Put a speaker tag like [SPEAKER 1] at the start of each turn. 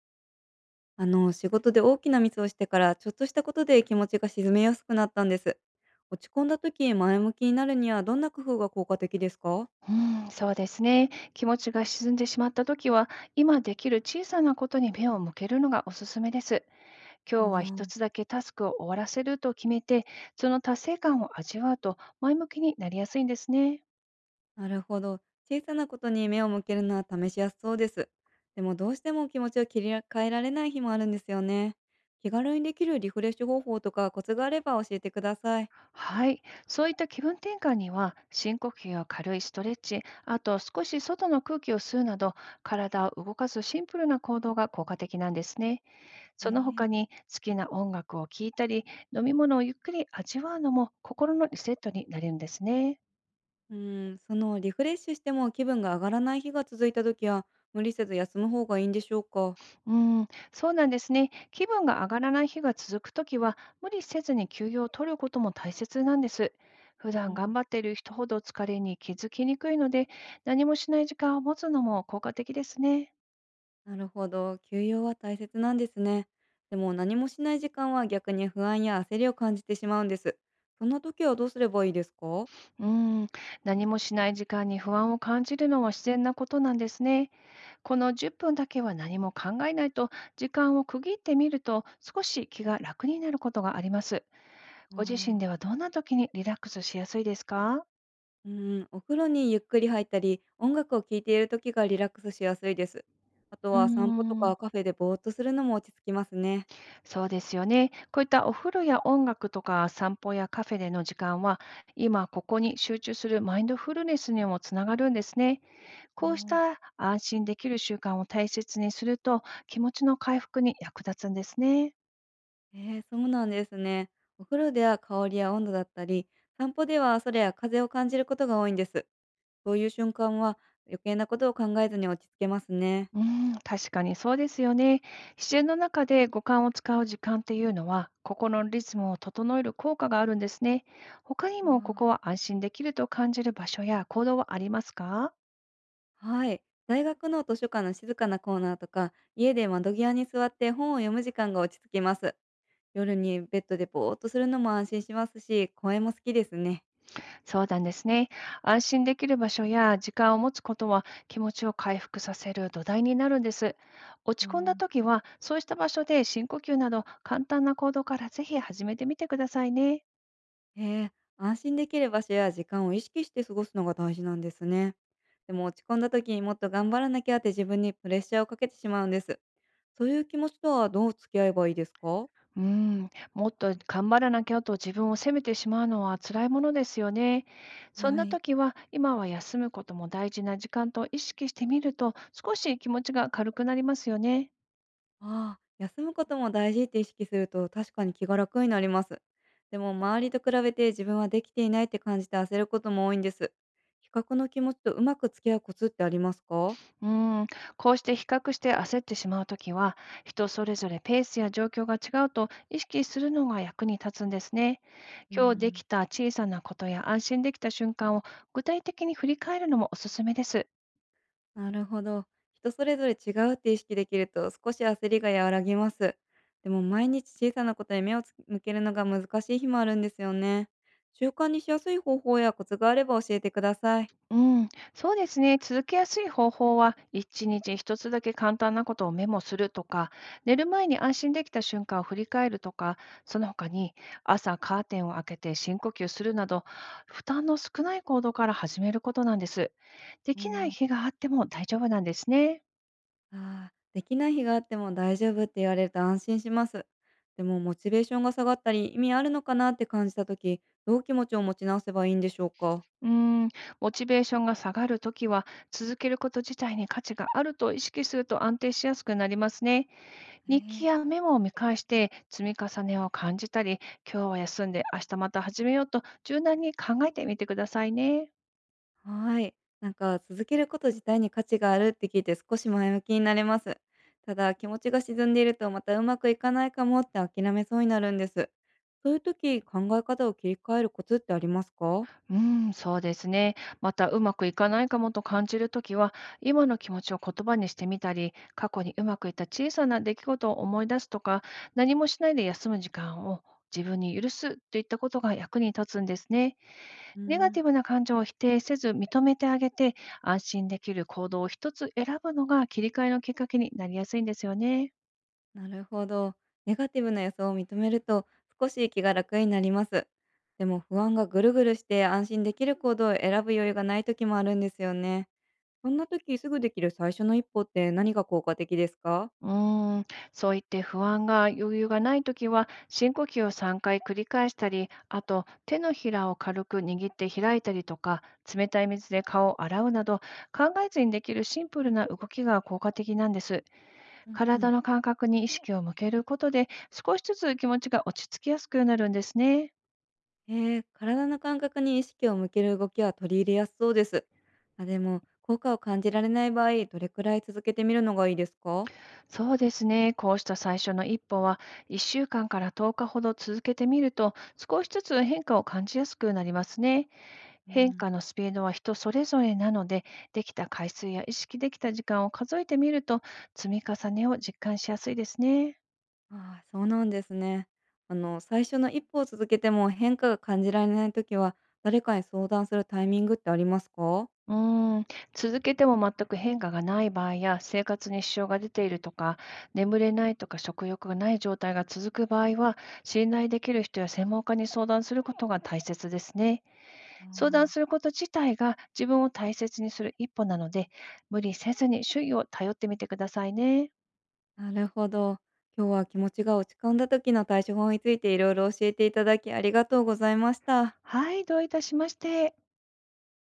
[SPEAKER 1] 仕事で大きなミスをしてから、ちょっとしたことで気持ちが沈めやすくなったんです。落ち込んだ時、前向きになるにはどんな工夫が効果的ですか？
[SPEAKER 2] うん、そうですね。気持ちが沈んでしまったときは、今できる小さなことに目を向けるのがおすすめです。
[SPEAKER 1] あ
[SPEAKER 2] 今日は一
[SPEAKER 1] ー。
[SPEAKER 2] つだけタスクを終わらせると決めて、その達成感を味わうと前向きになりやすいんですね。
[SPEAKER 1] なるほど。小さなことに目を向けるのは試しやすそうです。でもどうしても気持ちを切り替えられない日もあるんですよね。気軽にできるリフレッシュ方法とかコツがあれば教えてください。
[SPEAKER 2] はい。そういった気分転換には、深呼吸や軽いストレッチ、あと少し外の空気を吸うなど、体を動かすシンプルな行動が効果的なんですね。
[SPEAKER 1] え
[SPEAKER 2] その他
[SPEAKER 1] ー。
[SPEAKER 2] に好きな音楽を聴いたり、飲み物をゆっくり味わうのも心のリセットになるんですね。
[SPEAKER 1] うん、そのリフレッシュしても気分が上がらない日が続いた時は、無理せず休む方がいいんでしょうか。
[SPEAKER 2] うん、そうなんですね。気分が上がらない日が続くときは、無理せずに休養を取ることも大切なんです。普
[SPEAKER 1] う
[SPEAKER 2] 段
[SPEAKER 1] ん。
[SPEAKER 2] 頑張っている人ほど疲れに気づきにくいので、何もしない時間を持つのも効果的ですね。
[SPEAKER 1] なるほど。休養は大切なんですね。でも何もしない時間は逆に不安や焦りを感じてしまうんです。そんな時はどうすればいいですか？
[SPEAKER 2] うん、何もしない時間に不安を感じるのは自然なことなんですね。この10分だけは何も考えないと時間を区切ってみると少し気が楽になることがあります。
[SPEAKER 1] あ
[SPEAKER 2] ご自身
[SPEAKER 1] あ、
[SPEAKER 2] ではどんな時にリラックスしやすいですか？
[SPEAKER 1] うん、お風呂にゆっくり入ったり、音楽を聴いている時がリラックスしやすいです。あと
[SPEAKER 2] うー
[SPEAKER 1] は散歩と
[SPEAKER 2] ん、
[SPEAKER 1] かカフェでぼーっとするのも落ち着きますね。
[SPEAKER 2] そうですよね。こういったお風呂や音楽とか散歩やカフェでの時間は、今ここに集中するマインドフルネスにもつながるんですね。
[SPEAKER 1] あ
[SPEAKER 2] こうし
[SPEAKER 1] あ、
[SPEAKER 2] た安心できる習慣を大切にすると、気持ちの回復に役立つんですね。
[SPEAKER 1] そうなんですね。お風呂では香りや温度だったり、散歩では空や風を感じることが多いんです。そういう瞬間は余計なことを考えずに落ち着けますね。
[SPEAKER 2] うん、確かにそうですよね。自然の中で五感を使う時間っていうのは、心のリズムを整える効果があるんですね。他にもここは安心できると感じる場所や行動はありますか？
[SPEAKER 1] はい。大学の図書館の静かなコーナーとか、家で窓際に座って本を読む時間が落ち着きます。夜にベッドでぼーっとするのも安心しますし、公園も好きですね。
[SPEAKER 2] そうなんですね。安心できる場所や時間を持つことは気持ちを回復させる土台になるんです。
[SPEAKER 1] あ
[SPEAKER 2] 落ち込んだ
[SPEAKER 1] ー。
[SPEAKER 2] 時は、そうした場所で深呼吸など簡単な行動からぜひ始めてみてくださいね。
[SPEAKER 1] へえ、安心できる場所や時間を意識して過ごすのが大事なんですね。でも落ち込んだ時にもっと頑張らなきゃって自分にプレッシャーをかけてしまうんです。そういう気持ちとはどう付き合えばいいですか？
[SPEAKER 2] うーん、もっと頑張らなきゃと自分を責めてしまうのは辛いものですよね。そん
[SPEAKER 1] は
[SPEAKER 2] な
[SPEAKER 1] い。
[SPEAKER 2] 時は、今は休むことも大事な時間と意識してみると、少し気持ちが軽くなりますよね。
[SPEAKER 1] ああ、休むことも大事って意識すると確かに気が楽になります。でも周りと比べて自分はできていないって感じて焦ることも多いんです。比較の気持ちとうまく付き合うコツってありますか？
[SPEAKER 2] うーん、こうして比較して焦ってしまう時は、人それぞれペースや状況が違うと意識するのが役に立つんですね。
[SPEAKER 1] う
[SPEAKER 2] 今日で
[SPEAKER 1] ん、
[SPEAKER 2] きた小さなことや安心できた瞬間を具体的に振り返るのもおすすめです。
[SPEAKER 1] なるほど。人それぞれ違うって意識できると少し焦りが和らぎます。でも毎日小さなことに目をつ向けるのが難しい日もあるんですよね。習慣にしやすい方法やコツがあれば教えてください。
[SPEAKER 2] うん、そうですね。続けやすい方法は、1日1つだけ簡単なことをメモするとか、寝る前に安心できた瞬間を振り返るとか、その他に朝カーテンを開けて深呼吸するなど、負担の少ない行動から始めることなんです。で
[SPEAKER 1] あ
[SPEAKER 2] きない
[SPEAKER 1] ー。
[SPEAKER 2] 日があっても大丈夫なんですね。
[SPEAKER 1] ああ、できない日があっても大丈夫って言われると安心します。でもモチベーションが下がったり、意味あるのかなって感じた時、どう気持ちを持ち直せばいいんでしょうか？
[SPEAKER 2] うん、モチベーションが下がるときは、続けること自体に価値があると意識すると安定しやすくなりますね。
[SPEAKER 1] え
[SPEAKER 2] 日記
[SPEAKER 1] え。
[SPEAKER 2] やメモを見返して積み重ねを感じたり、今日は休んで明日また始めようと柔軟に考えてみてくださいね。
[SPEAKER 1] はい。なんか続けること自体に価値があるって聞いて少し前向きになれます。ただ気持ちが沈んでいるとまたうまくいかないかもって諦めそうになるんです。そういう時、考え方を切り替えるコツってありますか？
[SPEAKER 2] うん、そうですね。またうまくいかないかもと感じるときは、今の気持ちを言葉にしてみたり、過去にうまくいった小さな出来事を思い出すとか、何もしないで休む時間を自分に許すといったことが役に立つんですね。
[SPEAKER 1] うー
[SPEAKER 2] ネガティ
[SPEAKER 1] ん、
[SPEAKER 2] ブな感情を否定せず認めてあげて、安心できる行動を一つ選ぶのが切り替えのきっかけになりやすいんですよね。
[SPEAKER 1] なるほど。ネガティブな予想を認めると少し気が楽になります。でも不安がぐるぐるして安心できる行動を選ぶ余裕がない時もあるんですよね。そんな時すぐできる最初の一歩って何が効果的ですか？
[SPEAKER 2] うーん、そう言って不安が余裕がないときは、深呼吸を3回繰り返したり、あと手のひらを軽く握って開いたりとか、冷たい水で顔を洗うなど、考えずにできるシンプルな動きが効果的なんです。
[SPEAKER 1] うんう
[SPEAKER 2] 体
[SPEAKER 1] ん、
[SPEAKER 2] の感覚に意識を向けることで、少しずつ気持ちが落ち着きやすくなるんですね。
[SPEAKER 1] ええ、体の感覚に意識を向ける動きは取り入れやすそうです。でも効果を感じられない場合、どれくらい続けてみるのがいいですか？
[SPEAKER 2] そうですね。こうした最初の一歩は、1週間かんから10日ほど続けてみると、少しずつ変化を感じやすくなりますね。変化のスピードは人それぞれなので、できた回数や意識できた時間を数えてみると、積み重ねを実感しやすいですね。
[SPEAKER 1] ああ、そうなんですね。最初の一歩を続けても変化が感じられないときは、誰かに相談するタイミングってありますか？
[SPEAKER 2] うーん、続けても全く変化がない場合や、生活に支障が出ているとか、眠れないとか食欲がない状態が続く場合は、信頼できる人や専門家に相談することが大切ですね。相
[SPEAKER 1] あ
[SPEAKER 2] 談すること自体が自分を大切にする一歩なので、無理せずに周囲を頼ってみてくださいね。
[SPEAKER 1] あ、なるほど。今日は気持ちが落ち込んだ時の対処法についていろいろ教えていただきありがとうございました。
[SPEAKER 2] はい、どういたしまして。